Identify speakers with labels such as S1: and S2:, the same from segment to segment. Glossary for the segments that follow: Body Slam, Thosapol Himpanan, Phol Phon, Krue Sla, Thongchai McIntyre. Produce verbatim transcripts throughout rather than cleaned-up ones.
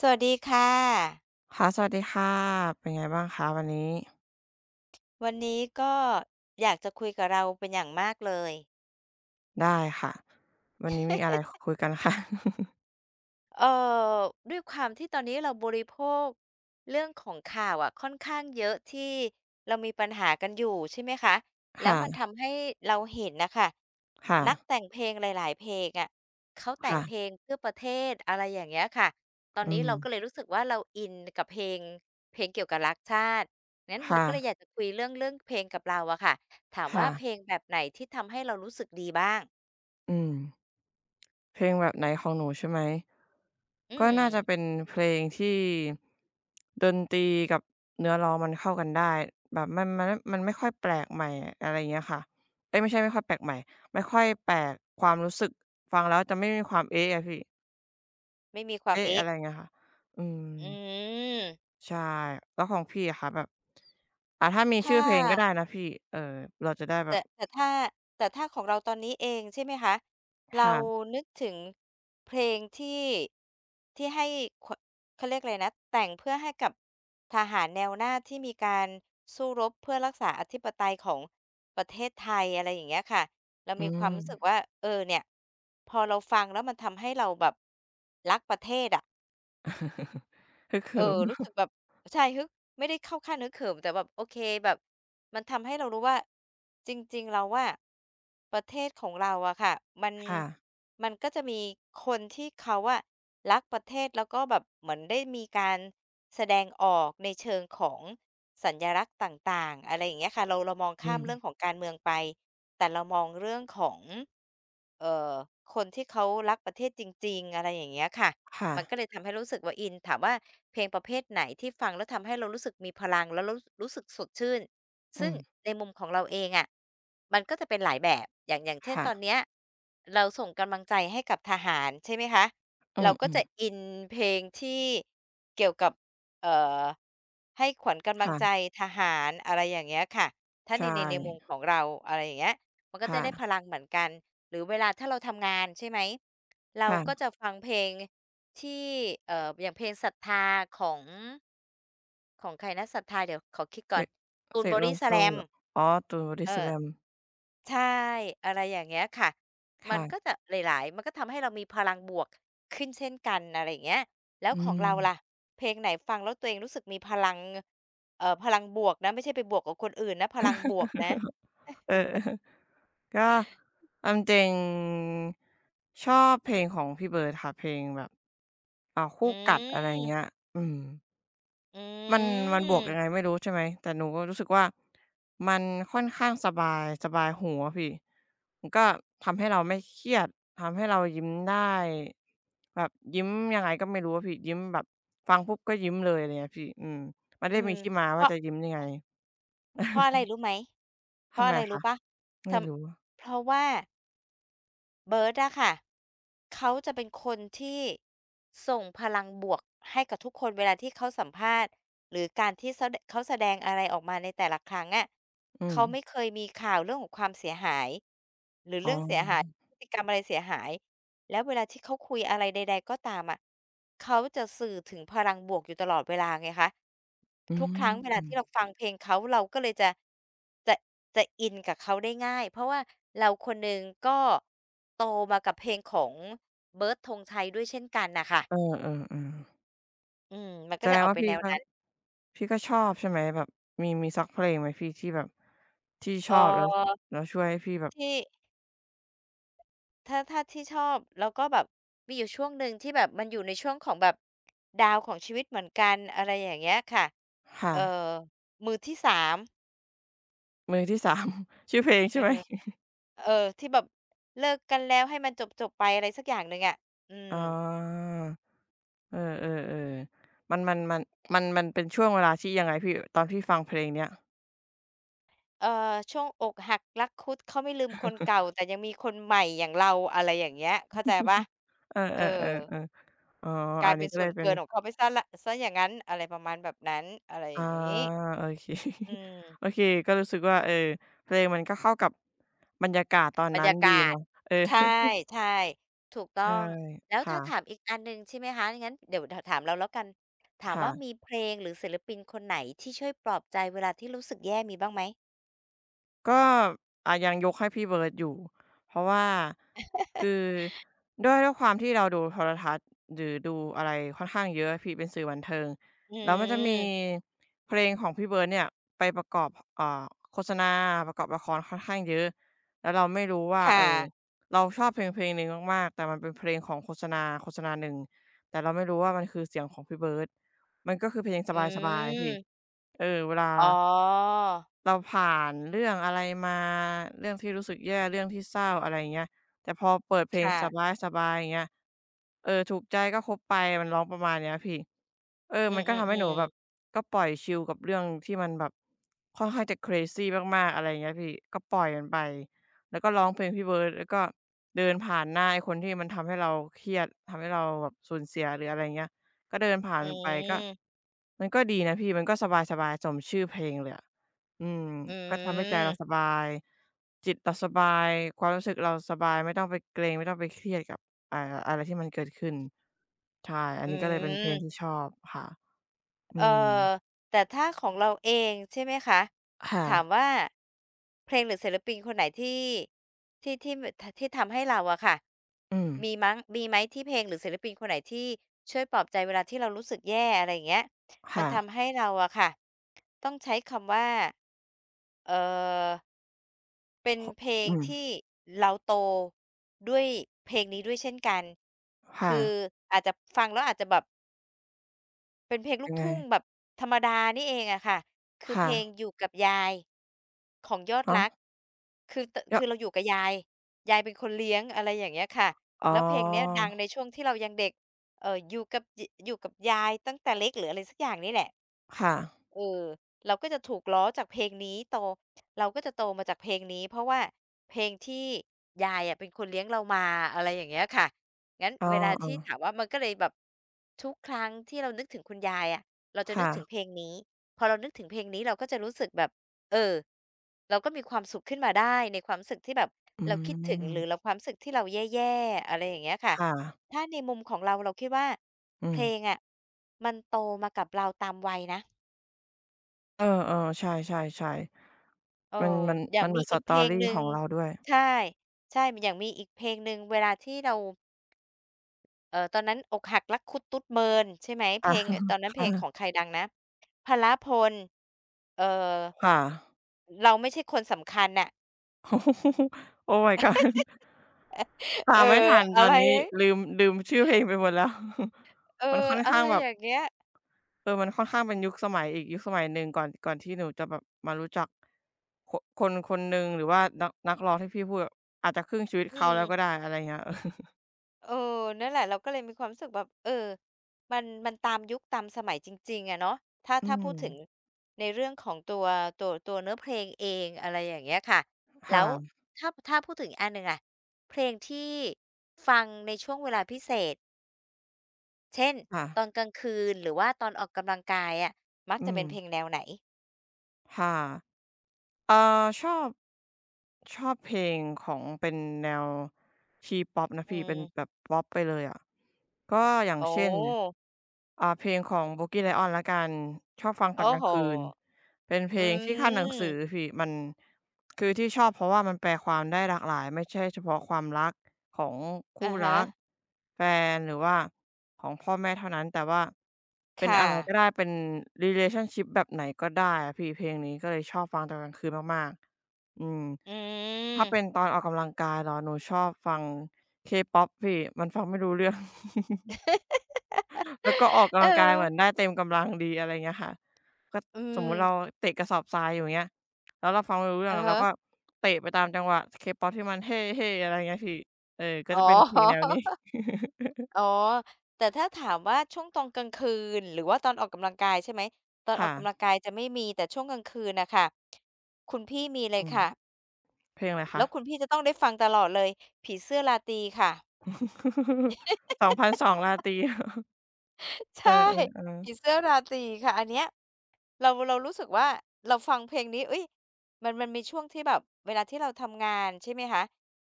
S1: สวัสดีค่ะ
S2: ค่ะสวัสดีค่ะเป็นไงบ้างคะวันนี้
S1: วันนี้ก็อยากจะคุยกับเราเป็นอย่างมากเลย
S2: ได้ค่ะวันนี้มีอะไรคคุยกันค่ะ
S1: เอ่อด้วยความที่ตอนนี้เราบริโภคเรื่องของข่าวอะค่อนข้างเยอะที่เรามีปัญหากันอยู่ใช่ไหมคะแล้วมัน
S2: ค่ะ
S1: ทำให้เราเห็นนะคะ
S2: ค่ะ
S1: นักแต่งเพลงหลายๆเพลงอะเขาแต่ง
S2: ค่ะ
S1: เพลงเพื่อประเทศอะไรอย่างเงี้ยค่ะตอน
S2: อื
S1: นี้
S2: ม
S1: เราก็เลยรู้สึกว่าเราอินกับเพลงเพลงเกี่ยวกับรักชาติงั้นเราก็เลยอ
S2: ค่ะ
S1: ยากจะคุยเรื่องเรื่องเพลงกับเราอะค่ะถามว่า
S2: ค่ะ
S1: เพลงแบบไหนที่ทำให้เรารู้สึกดีบ้าง
S2: อืมเพลงแบบไหนของหนูใช่ไหม
S1: อื
S2: ก็
S1: ม
S2: น่าจะเป็นเพลงที่ดนตรีกับเนื้อร้องมันเข้ากันได้แบบมันมันมันไม่ค่อยแปลกใหม่อะไรอย่างเงี้ยค่ะเอ๊ยไม่ใช่ไม่ค่อยแปลกใหม่ไม่ค่อยแปลกความรู้สึกฟังแล้วจะไม่มีความเอ๊ะอะพี่
S1: ไม่มีความ
S2: เอ๊ะอะ
S1: เอ๊ะ
S2: ไรเงี้ยค่ะอืม
S1: อืม
S2: ใช่แล้วของพี่อะคะแบบอ่าถ้ามีชื่อ
S1: ถ้า
S2: เพลงก็ได้นะพี่เออเราจะได้แบบ
S1: แต่แต่ถ้าแต่ถ้าของเราตอนนี้เองใช่ไหมคะเรา
S2: ค่ะ
S1: นึกถึงเพลงที่ที่ให้ขเขาเรียกอะไรนะแต่งเพื่อให้กับทหารแนวหน้าที่มีการสู้รบเพื่อรักษาอธิปไตยของประเทศไทยอะไรอย่างเงี้ยค่ะเรา
S2: อื
S1: มีความ
S2: ม
S1: รู้สึกว่าเออเนี่ยพอเราฟังแล้วมันทำให้เราแบบรักประเทศอะ
S2: ฮึก
S1: เอ
S2: เหิ
S1: อ
S2: ม
S1: รู้สึกแบบใช่ฮึกไม่ได้เข้าขั้นฮึกเหิมแต่แบบโอเคแบบมันทำให้เรารู้ว่าจริงๆแล้วอะประเทศของเราอะค่ะมัน
S2: ค่ะ
S1: มันก็จะมีคนที่เขาอะรักประเทศแล้วก็แบบเหมือนได้มีการแสดงออกในเชิงของสัญลักษณ์ต่างๆอะไรอย่างเงี้ยค่ะเราเรามอง
S2: อื
S1: ข้าม
S2: ม
S1: เรื่องของการเมืองไปแต่เรามองเรื่องของเอ่อคนที่เขารักประเทศจริงๆอะไรอย่างเงี้ยค่ะ
S2: ค่ะ
S1: มันก็เลยทำให้รู้สึกว่าอินถามว่าเพลงประเภทไหนที่ฟังแล้วทำให้เรารู้สึกมีพลังแล้วรู้รู้สึกสดชื่น
S2: อื
S1: ซึ่ง
S2: ม
S1: ในมุมของเราเองอะมันก็จะเป็นหลายแบบอย่างอย่างเช่น
S2: ค่ะ
S1: ตอนเนี้ยเราส่งกำลังใจให้กับทหารใช่ไหมคะ
S2: อื
S1: เราก็
S2: ม
S1: จะอินเพลงที่เกี่ยวกับเอ่อให้ขวัญ
S2: ๆ
S1: กำลัง
S2: ค่ะ
S1: ใจทหารอะไรอย่างเงี้ยค่ะถ้าใน
S2: ใช่
S1: ในในมุมของเราอะไรอย่างเงี้ยมันก็จะได้
S2: ค่ะ
S1: พลังเหมือนกันหรือเวลาถ้าเราทำงานใช่ไหมเราก็
S2: ค่ะ
S1: จะฟังเพลง ที่เอ่ออย่างเพลงศรัทธาของของใครนะศรัทธาเดี๋ยวขอคิด
S2: เส
S1: ก่อน
S2: ก
S1: ตู
S2: เส
S1: น
S2: กโล
S1: Body
S2: โซ
S1: Slam
S2: เหรออ๋อตูนบอดี้
S1: เอ
S2: ส
S1: อ
S2: แลม
S1: ใช่อะไรอย่างเงี้ยค่ะ มันก็
S2: ค่ะ
S1: จะหลายๆ มันก็ทำให้เรามีพลังบวกขึ้นเช่นกันอะไรอย่างเงี้ยแล้ว
S2: อื
S1: ของ
S2: ม
S1: เราล่ะเพลงไหนฟังแล้วตัวเองรู้สึกมีพลังเอ่อพลังบวกนะไม่ใช่ไปบวกกับคนอื่นนะพลังบวกนะ
S2: เออ ๆก็เอาจริงๆชอบเพลงของพี่เบิร์ดค่ะเพลงแบบอ่า
S1: อื
S2: คู่กัดอะไรเงี้ย
S1: ม
S2: อืม
S1: อื
S2: มันมันบวกยังไง
S1: ม
S2: ไม่รู้ใช่ไหมแต่หนูก็รู้สึกว่ามันค่อนข้างสบายสบายหูอะพี่มันก็ทำให้เราไม่เครียดทำให้เรายิ้มได้แบบยิ้มยังไงก็ไม่รู้อะพี่ยิ้มแบบฟังปุ๊บก็ยิ้มเลยอะไรเงี้ยพี่อืมมันได้
S1: อื
S2: มี
S1: ม
S2: ที่มา
S1: เพ
S2: ว่า
S1: ราะ
S2: จะยิ้มยังไง
S1: เพราะอะไรรู้ไหม เพ
S2: ทำ
S1: ราะ
S2: ไม
S1: อะไร
S2: คะ
S1: รู้เปล่าท
S2: ไม่รู้
S1: ำเพราะว่าเบิร์ตอะค่ะ เขาจะเป็นคนที่ส่งพลังบวกให้กับทุกคนเวลาที่เขาสัมภาษณ์หรือการที่เซาดเขาแสดงอะไรออกมาในแต่ละครั้งอะ
S2: อืม
S1: เขาไม่เคยมีข่าวเรื่องของความเสียหายหรือ
S2: อ๋อ
S1: เรื่องเสียหายพฤติกรรมอะไรเสียหาย แล้วเวลาที่เขาคุยอะไรใดๆก็ตามอะเขาจะสื่อถึงพลังบวกอยู่ตลอดเวลาไงคะ
S2: อื
S1: ทุกครั้งเวลา
S2: ม
S1: ที่เราฟังเพลงเขาเราก็เลยจะจะจะอินกับเขาได้ง่ายเพราะว่าเราคนหนึ่งก็โตมากับเพลงของเบิร์ดธงชัยด้วยเช่นกันน่ะค่ะ
S2: เออๆๆ
S1: อืมมัน
S2: แส
S1: ก็
S2: ด
S1: จะ
S2: ง
S1: ออก
S2: ว่า
S1: ไป
S2: พี่
S1: แนว
S2: ก็
S1: นั้น
S2: พี่ก็ชอบใช่ไหมแบบมีมีสักเพลงไหมพี่ที่แบบที่ช
S1: เอ่
S2: อบแล้ว
S1: อ
S2: แล้วช่วยให้พี่แบบ
S1: ที่ ถ้าถ้าที่ชอบแล้วก็แบบมีอยู่ช่วงหนึ่งที่แบบมันอยู่ในช่วงของแบบดาวของชีวิตเหมือนกันอะไรอย่างเงี้ยค่ะ
S2: ค่ะ
S1: เอ่อมือที่สาม
S2: มือที่สาม ชื่อเพลง
S1: เอ
S2: ใช่
S1: อ
S2: ไหม
S1: เออที่แบบเลิกกันแล้วให้มันจบๆไปอะไรสักอย่างหนึ่งอะอืม
S2: อ๋อเออๆๆมันมันมันมันมันเป็นช่วงเวลาที่ยังไงพี่ตอนพี่ฟังเพลงเนี้ย
S1: เอ่อช่วงอกหักรักคุดเขาไม่ลืมคนเก่าแต่ยังมีคนใหม่อย่างเราอะไรอย่างเงี้ยเข้าใจเปล่า
S2: เออ
S1: เออ
S2: ๆๆๆอ๋อ
S1: ก
S2: อั
S1: ลาย
S2: นนี้
S1: เป็น
S2: ก็
S1: ส่
S2: เล
S1: ว
S2: ย
S1: น
S2: เป็น
S1: เกินของเขาไปเสียแล้วเสียอย่างงั้นอะไรประมาณแบบนั้นอะไรอ
S2: อา
S1: ย่างงี้
S2: โอเค
S1: อื ม
S2: โอเคก็รู้สึกว่าเออเพลงมันก็เข้ากับบรรยากาศตอน
S1: บร
S2: นั้
S1: ร
S2: น
S1: ยา
S2: ดี
S1: กาศ
S2: เนาะเออ
S1: ใช่ ใช่ถูกต้อ
S2: ใช่
S1: งแล้ว
S2: ค่ะ
S1: ถ้าถามอีกอันหนึ่งใช่ไหมคะงั้นเดี๋ยวเดี๋ยวถามเราแล้วกันถามว่ามี
S2: ค่ะ
S1: เพลงหรือศิลปินคนไหนที่ช่วยปลอบใจเวลาที่รู้สึกแย่มีบ้างไหม
S2: ก็อ่ายังยกให้พี่เบิร์ดอยู่เพราะว่าคือด้วยด้วยความที่เราดูโทรทัศน์หรือดูอะไรค่อนข้างเยอะพี่เป็นสื่อบันเทิง
S1: อื
S2: แล้วมันจะมี
S1: ม
S2: เพลงของพี่เบิร์ดเนี่ยไปประกอบเอ่อโฆษณาประกอบละครค่อนข้างเยอะแล้วเราไม่รู้ว่าเอ
S1: ค่ะ
S2: อเราชอบเพลงเพลงหนึ่งมากๆแต่มันเป็นเพลงของโฆษณาโฆษณาหนึ่งแต่เราไม่รู้ว่ามันคือเสียงของพี่เบิร์ดมันก็คือเพลง
S1: อื
S2: สบายๆพี่
S1: ม
S2: เออเวลา
S1: อ๋อ
S2: เราผ่านเรื่องอะไรมาเรื่องที่รู้สึกแย่เรื่องที่เศร้าอะไรอย่างเงี้ยแต่พอเปิดเพล
S1: ค
S2: ง
S1: ่ะ
S2: สบายๆอย่างเงี้ยเออถูกใจก็คบไปมันร้องประมาณเนี้ยพี่เออ
S1: อื
S2: มันก็ทำให้หนู
S1: อ
S2: แบ
S1: ๆ
S2: บ
S1: ๆ
S2: ก็ปล่อยชิลกับเรื่องที่มันแบบค่อนข้างจะ crazy มากๆอะไรอย่างเงี้ยพี่ก็ปล่อยมันไปแล้วก็ร้องเพลงพี่เบิร์ดแล้วก็เดินผ่านหน้าไอ้คนที่มันทำให้เราเครียดทำให้เราแบบสูญเสียหรืออะไรอย่างเงี้ยก็เดินผ่าน
S1: อื
S2: ไปก็
S1: ม
S2: มันก็ดีนะพี่มันก็สบายๆสมชื่อเพลงเลยอะอืม
S1: อื
S2: ก็ทำให้ใจเราส
S1: ม
S2: บายจิตเราสบายความรู้สึกเราสบายไม่ต้องไปเกรงไม่ต้องไปเครียดกับอ่าอะไรที่มันเกิดขึ้นใช่อัน
S1: อืม
S2: นี้ก็เลยเป็
S1: อื
S2: นเพลงที่
S1: ม
S2: ชอบค่ะอื
S1: เอ่
S2: ม
S1: อแต่ถ้าของเราเองใช่ไหมคะ
S2: ค่ะ
S1: ถามว่าเพลงหรือศิลปินคนไหนที่ที่ที่มทที่ทำให้เราอะค่ะ
S2: อืม
S1: มีมั้งมีไหมที่เพลงหรือศิลปินคนไหนที่ช่วยปลอบใจเวลาที่เรารู้สึกแย่อะไรอย่างเงี้ยมัน
S2: ค่ะ
S1: ทำให้เราอะค่ะต้องใช้คำว่าเอ่อเป็น
S2: ห
S1: เพลง
S2: อืม
S1: ที่เราโตด้วยเพลงนี้ด้วยเช่นกัน
S2: ค่ะ
S1: คืออาจจะฟังแล้วอาจจะแบบ เป็นเพลงลู
S2: ยั
S1: ก
S2: งไง
S1: ทุ่งแบบธรรมดานี่เองอะค่ะคือเพ
S2: ค่ะ
S1: ลงอยู่กับยายของยอด
S2: ฮะ
S1: รักคือตคือเรา
S2: ย
S1: อยู่กับยายยายเป็นคนเลี้ยงอะไรอย่างเงี้ยค่ะ
S2: อ๋อ
S1: แล้วเพลงเนี้ยดังในช่วงที่เรายังเด็กเอ่ออยู่กับยอยู่กับยายตั้งแต่เล็กหรืออะไรสักอย่างนี่แหละ
S2: ค่ะ
S1: เออเราก็จะถูกล้อจากเพลงนี้โตเราก็จะโตมาจากเพลงนี้เพราะว่าเพลงที่ยายอะเป็นคนเลี้ยงเรามาอะไรอย่างเงี้ยค่ะ งั้น
S2: อ้
S1: เวลาที่
S2: อ
S1: ถามว่ามันก็เลยแบบทุกครั้งที่เรานึกถึงคุณยายอะเรา
S2: ๆ
S1: จะนึก
S2: ค่ะ
S1: ถึงเพลงนี้พอเรานึกถึงเพลงนี้เราก็จะรู้สึกแบบเออเราก็มีความสุขขึ้นมาได้ในความรู้สึกที่แบบ
S2: อื
S1: เราคิดถึง
S2: ม
S1: หรือเราความรู้สึกที่เราแย่ๆอะไรอย่างเงี้ยค่ะ
S2: ค่ะ
S1: ถ้าในมุมของเราเราคิดว่า
S2: อื
S1: เพ
S2: ม
S1: ลงอะมันโตมากับเราตามวัยนะ
S2: เออๆใช่ๆ
S1: เอ
S2: ๆ มัน
S1: อ
S2: มัน
S1: อย่า
S2: มั
S1: ง
S2: นเหมื
S1: มี
S2: อน
S1: อีกเพลง
S2: story
S1: ห
S2: ข
S1: นึ่ง
S2: องเราด้วย
S1: ใช่ใช่อย่างมีอีกเพลงหนึ่งเวลาที่เรา เอ่อตอนนั้นอกหักรักคุดตุ๊ดเมินใช่ไหมเพ
S2: อา
S1: ลงตอนนั้นเพลงของใค
S2: ค่ะ
S1: รดังนะพหลพลเอ่อ
S2: ค่ะ
S1: เราไม่ใช่คนสำคัญน่ะ
S2: โอ้ my god
S1: เอ
S2: ตา
S1: อ
S2: มไม่ทันต
S1: อะ
S2: อน
S1: ไร
S2: นี้ลืมลืมชื่อเพลงไปหมดแล้ว
S1: เอ
S2: มัน
S1: อ
S2: ค่อน
S1: อะ
S2: ข้า
S1: ไร
S2: งแบบ
S1: อย่างเงี้ย
S2: เออมันค่อนข้างเป็นยุคสมัยอีกยุคสมัยหนึ่งก่อนก่อนที่หนูจะแบบมารู้จักคคนคนหนึ่งหรือว่านักนักร้องที่พี่พูดอะอาจจะครึ่งชีวิต
S1: อื
S2: เขา
S1: ม
S2: แล้วก็ได้อะไรเงี้ย อ
S1: เออนั่นแหละเราก็เลยมีความรู้สึกแบบเออมันมันตามยุคตามสมัยจริงๆอะเนาะถ้า
S2: อื
S1: ถ้าพูด
S2: ม
S1: ถึงในเรื่องของตัวตัวตัวเนื้อเพลงเองอะไรอย่างเงี้ยค่ะแล้ว
S2: ค่ะ
S1: ถ้าถ้าพูดถึงอีกอันหนึ่งอะเพลงที่ฟังในช่วงเวลาพิเศษ เช่น
S2: ค่ะ
S1: ตอนกลางคืนหรือว่าตอนออกกำลังกายอะมัก
S2: อื
S1: จะ
S2: ม
S1: เป็นเพลงแนวไหน
S2: ค่ะ เอ่อชอบชอบเพลงของเป็นแนวทีป๊อปนะ
S1: อื
S2: พี่เป็นแบบ
S1: ม
S2: ป๊อปไปเลยอ่ะก็อย่าง
S1: โอ
S2: เช่น
S1: ้
S2: อ่าเพลงของ b o กี้ไลออนแล้วกันชอบฟังตอ
S1: โอ้
S2: นกลา
S1: โฮ
S2: งคืน เป็นเพ
S1: อื
S2: ลงที่ขั้นหนังสือ
S1: ม
S2: พี่มันคือที่ชอบเพราะว่ามันแปลความได้หลากหลายไม่ใช่เฉพาะความรักของคู่
S1: อะฮะ
S2: รักแฟนหรือว่าของพ่อแม่เท่านั้นแต่ว่าเป็น
S1: ค่ะ
S2: อะไรก็ได้เป็น relationship แบบไหนก็ได้อะพี่เพลงนี้ก็เลยชอบฟังตอนกลางคืนมากๆอืม
S1: อืม
S2: ถ้าเป็นตอนออกกำลังกายเหรอหนูชอบฟัง เคป๊อป พี่มันฟังไม่รู้เรื่อง แล้วก็ออก
S1: เ
S2: กำลังกายเหมือน
S1: อ
S2: ได้
S1: อ
S2: เต็มกำลังดีอะไรเงี้ยค่ะก็
S1: อื
S2: สมมุ
S1: ม
S2: ติเราเตะกระสอบทรายอยู่อย่างเงี้ยแล้วเราฟังไม่รู้เรื่อง
S1: อะ
S2: เรา
S1: ฮะ
S2: ก็เตะไปตามจังหวะเคป๊อปที่มันเฮ่ๆอะไรเงี้ยพี่เออก็
S1: อ๋
S2: จะ
S1: อ
S2: เป็นเพลงแนวนี้
S1: อ๋อแต่ถ้าถามว่าช่วงตอนกลางคืนหรือว่าตอนออกกำลังกายใช่ไหมตอนออ
S2: ค่ะ
S1: กกำลังกายจะไม่มีแต่ช่วงกลางคืนน่ะค่ะคุณพี่มีเล
S2: อื
S1: ย
S2: ม
S1: ค่ะ
S2: เพลงอะไรคะ
S1: แล้วคุณพี่จะต้องได้ฟังตลอดเลยผีเสื้อราตรีค่ะ
S2: สองพนสอสองราตรี เออ
S1: ใช่
S2: ๆ
S1: ผี
S2: ๆ
S1: เสื้อราตรีค่ะอันเนี้ยเราเรารู้สึกว่าเราฟังเพลงนี้เฮ้ยมันมันมีช่วงที่แบบเวลาที่เราทำงานใช่ไหมคะ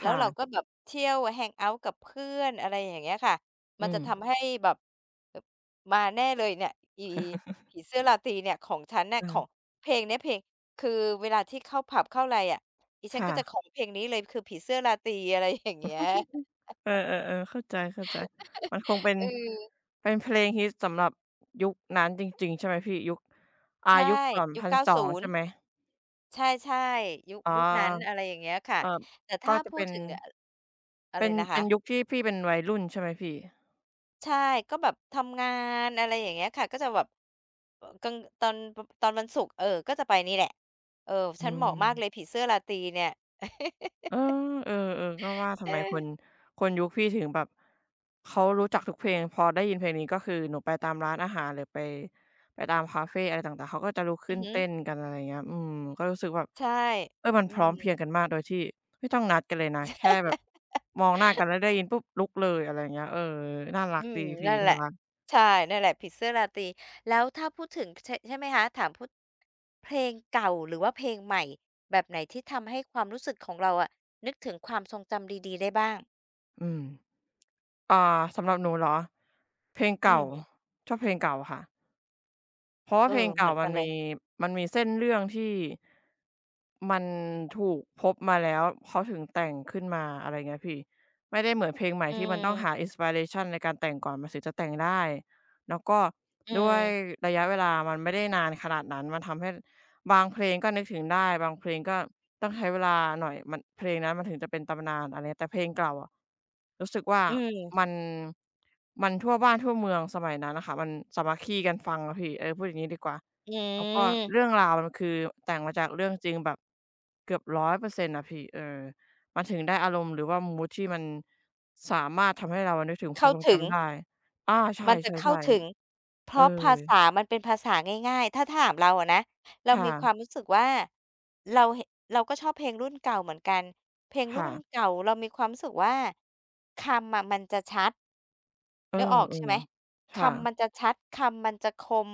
S1: แล้ว
S2: ค่ะ
S1: เราก็แบบเที่ยวแฮงเอาต์กับเพื่อนอะไรอย่างเงี้ยค่ะ
S2: อื
S1: มันจะ
S2: ม
S1: ทำให้แบบแบบมาแน่เลยเนี่ยอีผีเสื้อราตรีเนี่ยของฉันเนี่
S2: เอ
S1: ยของ
S2: อ
S1: เพลงเนี้ยเพลงคือเวลาที่เข้าผับเข้าไรอะดิฉัน
S2: ค่ะ
S1: ก็จะขอเพลงนี้เลยคือผีเสื้อราตรีอะไรอย่างเงี้ย
S2: เออๆๆเข้าใจๆมันคงเป็น
S1: เออ
S2: เป็นเพลงฮิตสำหรับยุคนั้นจริงๆใช่ไหมพี่ยุคอ่า
S1: ใช
S2: ยุ
S1: ่
S2: คสอง
S1: ยุค
S2: พัน
S1: เก้า
S2: สอง
S1: ศูน
S2: ใช่
S1: ย์
S2: ไหม
S1: ใช่ๆยุค
S2: อ๋อ
S1: ยุคนั้นอะไรอย่างเงี้ยค่ะ
S2: เอ่อ
S1: แต่
S2: ก็
S1: ถ้า
S2: จะ
S1: พู
S2: เป็
S1: ด
S2: น
S1: ถึงออะ
S2: เป็
S1: ไร
S2: น
S1: นะ
S2: เป็นยุค
S1: คะ
S2: ที่พี่เป็นวัยรุ่นใช่ไหมพี่
S1: ใช่ก็แบบทำงานอะไรอย่างเงี้ยค่ะก็จะแบบเอ่อกลางตอนปตอนวันศุกร์เออก็จะไปนี่แหละเออ
S2: อื
S1: ฉันเหมาะมากเลย
S2: ม
S1: ผีเสื้อราตรีเนี่ย
S2: เออเออๆก็ว่าทำ
S1: เอ
S2: ไมคน
S1: อ
S2: คนยุคพี่ถึงแบบเขารู้จักทุกเพลงพอได้ยินเพลงนี้ก็คือหนูไปตามร้านอาหารหรือไปไปตามคาเฟอะไรต่างๆ เขาก็จะลุก
S1: อื
S2: ขึ้
S1: อ
S2: น
S1: ฮึ
S2: เต้นกันอะไรอย่างเงี้ยอืมก็รู้สึกแบบ
S1: ใช่
S2: เออมัน
S1: อื
S2: พร้อ
S1: ม
S2: มเพรียงกันมากโดยที่ไม่ต้องนัดกันเลยนะ แค่แบบมองหน้ากันแล้วได้ยินปุ๊บลุกเลยอะไรอย่างเงี้ยเออน่ารัก
S1: อื
S2: ดี
S1: ม
S2: พี่
S1: นั่นแห
S2: น่า
S1: ละ
S2: รัก
S1: ใช่นั่นแหละผิดเสื้อราตรีแล้วถ้าพูดถึงใช่ใช่ไหมคะถามพูดเพลงเก่าหรือว่าเพลงใหม่แบบไหนที่ทำให้ความรู้สึกของเราอะนึกถึงความทรงจำดีๆได้บ้าง
S2: อืม อ่าสำหรับหนูเหรอเพลง
S1: อื
S2: เก่า
S1: ม
S2: ชอบเพลงเก่าค่ะเพราะว่า
S1: เออ
S2: เพลง
S1: เห
S2: เก่า
S1: มือน
S2: มั
S1: กั
S2: น
S1: นเลย
S2: มีมันมีเส้นเรื่องที่มันถูกพบมาแล้วเขาถึงแต่งขึ้นมาอะไรเงี้ยพี่ไม่ได้เหมือนเพลงใหม่
S1: อื
S2: ที่มันต้องหา
S1: ม
S2: inspiration ในการแต่งก่อนมันถึงจะแต่งได้แล้วก็
S1: อื
S2: ด้วย
S1: ม
S2: ระยะเวลามันไม่ได้นานขนาดนั้นมันทำให้บางเพลงก็นึกถึงได้บางเพลงก็ ต้องใช้เวลาหน่อยมันเพลงนั้นมันถึงจะเป็นตำนานอะไรเงี้ยแต่เพลงเก่าอะรู้สึกว่า
S1: อื
S2: มั
S1: ม
S2: นมันทั่วบ้านทั่วเมืองสมัยนั้นน่ะค่ะมันสามัคคีกันฟังอะพี่เออพูดอย่างงี้ดีกว่า
S1: อื
S2: แล้วก็เรื่อ
S1: ม
S2: งราวมันคือแต่งมาจากเรื่องจริงแบบเกือบหนึ่งร้อยเปอร์เซ็นต์อยเปอร์เซ็นต์อะพี่เออมันถึงได้อารมณ์หรือว่ามูดที่มันสามารถทำให้เรานึกถึงความ
S1: เข้า
S2: ทรง
S1: ถึง
S2: จำได้อาใช
S1: มันจะเข้า
S2: ่
S1: ถึง
S2: ๆ
S1: เพ
S2: ๆเออ
S1: ราะภาษามันเป็นภาษาง่ายๆ ถ้าถามเราอะนะเรามีความ
S2: ค่ะ
S1: รู้สึกว่าเราเหเราก็ชอบเพลงรุ่นเก่าเหมือนกันเพลงรุ่
S2: ค่ะ
S1: นเก่าเรามีความรู้สึกว่าคำอะมันจะชัด
S2: เออ
S1: นึกออกใช่ไหม
S2: ๆ
S1: คำมัน
S2: ค่ะ
S1: จะชัดคำมันจะคม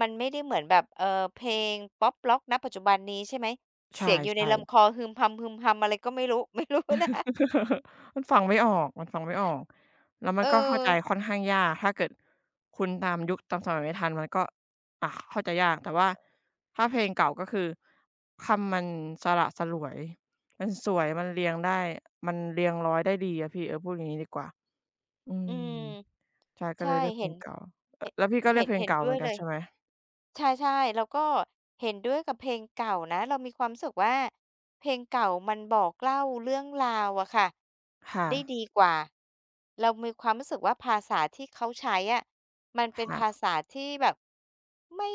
S1: มันไม่ได้เหมือนแบบเอ่อเพลงป๊อปร็อกณปัจจุบันนี้ใช่ไหม
S2: ใช
S1: เสียงอยู่ใน
S2: ่
S1: ลำค
S2: ๆ
S1: อฮึมฮัมๆอะไรก็ไม่รู้ ไม่รู้นะ
S2: มันฟังไม่ออกมันฟังไม่ออกแล้วมั
S1: เอ
S2: นก็เข้าใจค่
S1: อ
S2: อนข้างยากถ้าเกิดคุณตามยุคตามสมัยไม่ทันมันก็อ่าเข้าใจยากแต่ว่าถ้าเพลงเก่าก็คือคำมันสละสลวยมันสวยมันเรียงได้มันเรียงร้อยได้ดีอะพี่เออพูดอย่างงี้ดีกว่าอื
S1: อื
S2: ม
S1: ม
S2: ใช่ก็เลย
S1: ใช่
S2: เลือกเพล
S1: เห็น
S2: งเก่าเอ่อแล้วพี่ก็
S1: เห
S2: เลือ
S1: เห็
S2: ก
S1: น
S2: เพลง
S1: เห็น
S2: เก่าเห
S1: ด้
S2: มื
S1: ว
S2: อ
S1: ย
S2: นกั
S1: เล
S2: น
S1: ย
S2: ใช่ไหม
S1: ใช่ๆแล้วก็เห็นด้วยกับเพลงเก่านะเรามีความรู้สึกว่าเพลงเก่ามันบอกเล่าเรื่องราวอะค่ะ
S2: ค่ะ
S1: ได้ดีกว่าเรามีความรู้สึกว่าภาษาที่เขาใช้อะมันเป็นภา
S2: ค่ะ
S1: ษาที่แบบไม่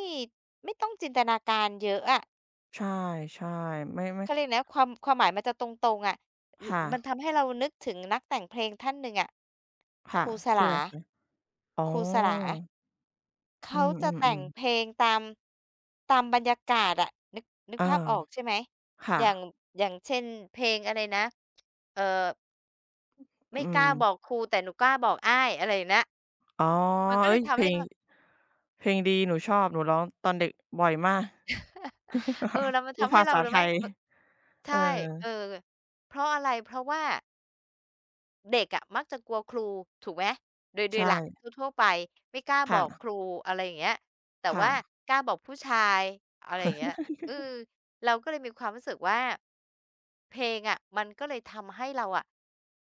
S1: ไม่ต้องจินตนาการเยอะอะ
S2: ใช่ๆไม่ไม่
S1: เขาเรียกนะความความหมายมันจะตรงๆอะ
S2: ค่ะ
S1: มันทำให้เรานึกถึงนักแต่งเพลงท่านหนึ่งอะค
S2: ค่ะ
S1: รูส
S2: ชื่ออะ
S1: ลา
S2: ไรคะอ๋อ
S1: ครูสลา
S2: อื
S1: เขาจะแต่ง
S2: มๆ
S1: เพล
S2: ๆ
S1: งตามตามบรรยากาศอะนึกนึก
S2: อา
S1: ภาพออกใช่ไหม
S2: ค่ะ
S1: อย่างอย่างเช่นเพลงอะไรนะเอ่อ
S2: อื
S1: ไม่ก
S2: ม
S1: ล้าบอกครูแต่หนูกล้าบอกอ้ายอะไรอย่างเนี้ย
S2: อ๋อ
S1: มันก็
S2: เอ้
S1: เล
S2: ย
S1: ย
S2: เพ
S1: ทำ
S2: ล
S1: ให้
S2: ง
S1: เรา
S2: เพลงดี หนูชอบ หนูร้องตอนเด็กบ่อยมาก
S1: เออแล้วมั น
S2: พูด
S1: ทำให้
S2: ภา
S1: เรา
S2: ษา
S1: รู้
S2: ไท
S1: ไหม
S2: ย
S1: บ
S2: เออ
S1: ใช่เออเพราะอะไรเพราะว่า เด็กอะมักจะกลัวครูถูกไหมโดยโดยหลัก
S2: ใช่
S1: ทั่วๆไปไม่กล้าบ
S2: ค่ะ
S1: อกครูอะไรอย่างเงี้ยแต่
S2: ค่ะ
S1: ว่ากล้าบอกผู้ชายอะไรอย่างเงี้ย เออเราก็เลยมีความรู้สึกว่าเพลงอะมันก็เลยทำให้เราอะ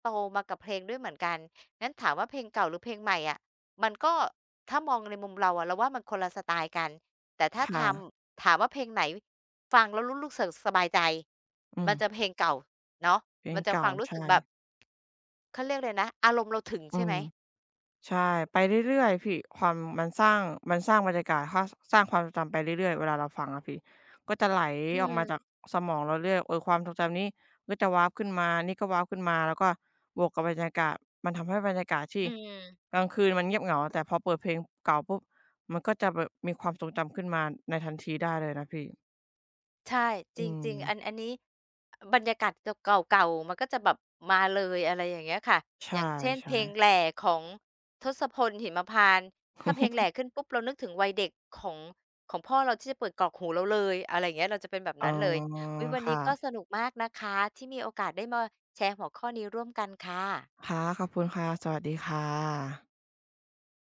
S1: โตมากับเพลงด้วยเหมือนกันงั้นถามว่าเพลงเก่าหรือเพลงใหม่อะมันก็ถ้ามองในมุมเราอะเราว่ามันคนละสไตล์กันแต่ถ้าท
S2: ค่ะ
S1: ำถามว่าเพลงไหนฟังแล้วรู้รู้สึกสบายใจ
S2: อืม
S1: มันจะเพลงเก่า เนาะ
S2: เพล
S1: มั
S2: ง
S1: นจะ
S2: เก่า
S1: ฟังรู้สึก
S2: ใช่
S1: แบบเขาเรียกอะไรนะอารมณ์เราถึง
S2: อื
S1: ใช่ไห
S2: ม
S1: ม
S2: ใช่ไปเรื่อยๆพี่ความมันสร้างมันสร้างบรรยากาศคสร้างความทรงจำไปเรื่อยๆเวลาเราฟังอะพี่ก็จะไหล
S1: อื
S2: ออกมาจาก
S1: ม
S2: สมองเราเรื่อยเออความทรงจำนี้ก็จะวาร์ปขึ้นมานี่ก็วาร์ปขึ้นมาแล้วก็บวกกับบรรยากาศมันทำให้บรรยากาศที่
S1: อืม
S2: กลางคืนมันเงียบเหงาแต่พอเปิดเพลงเก่าปุ๊บมันก็จะแบบมีความทรงจำขึ้นมาในทันทีได้เลยนะพี่
S1: ใช่
S2: อื
S1: จ
S2: ม
S1: ริงๆอันอันนี้บรรยากาศเก่าๆเก่าๆมันก็จะแบบมาเลยอะไรอย่างเงี้ยค่ะอ
S2: ใช่
S1: ย่างเช่นเพลงแหล่
S2: ๆ
S1: ของทศพลหิมพานต์ถ้าเพลงแหล่ขึ้นปุ๊บเรานึกถึงวัยเด็กของของพ่อเราที่จะเปิดกรอกหูเราเลยอะไรอย่างเงี้ยเราจะเป็นแบบ
S2: อ๋อ
S1: นั้นเลยอุ๊ยวัน
S2: ค่ะ
S1: นี้ก็สนุกมากนะคะที่มีโอกาสได้มาแชร์หัวข้อนี้ร่วมกันค่ะ
S2: ค่ะขอบคุณค่ะสวัสดีค่ะ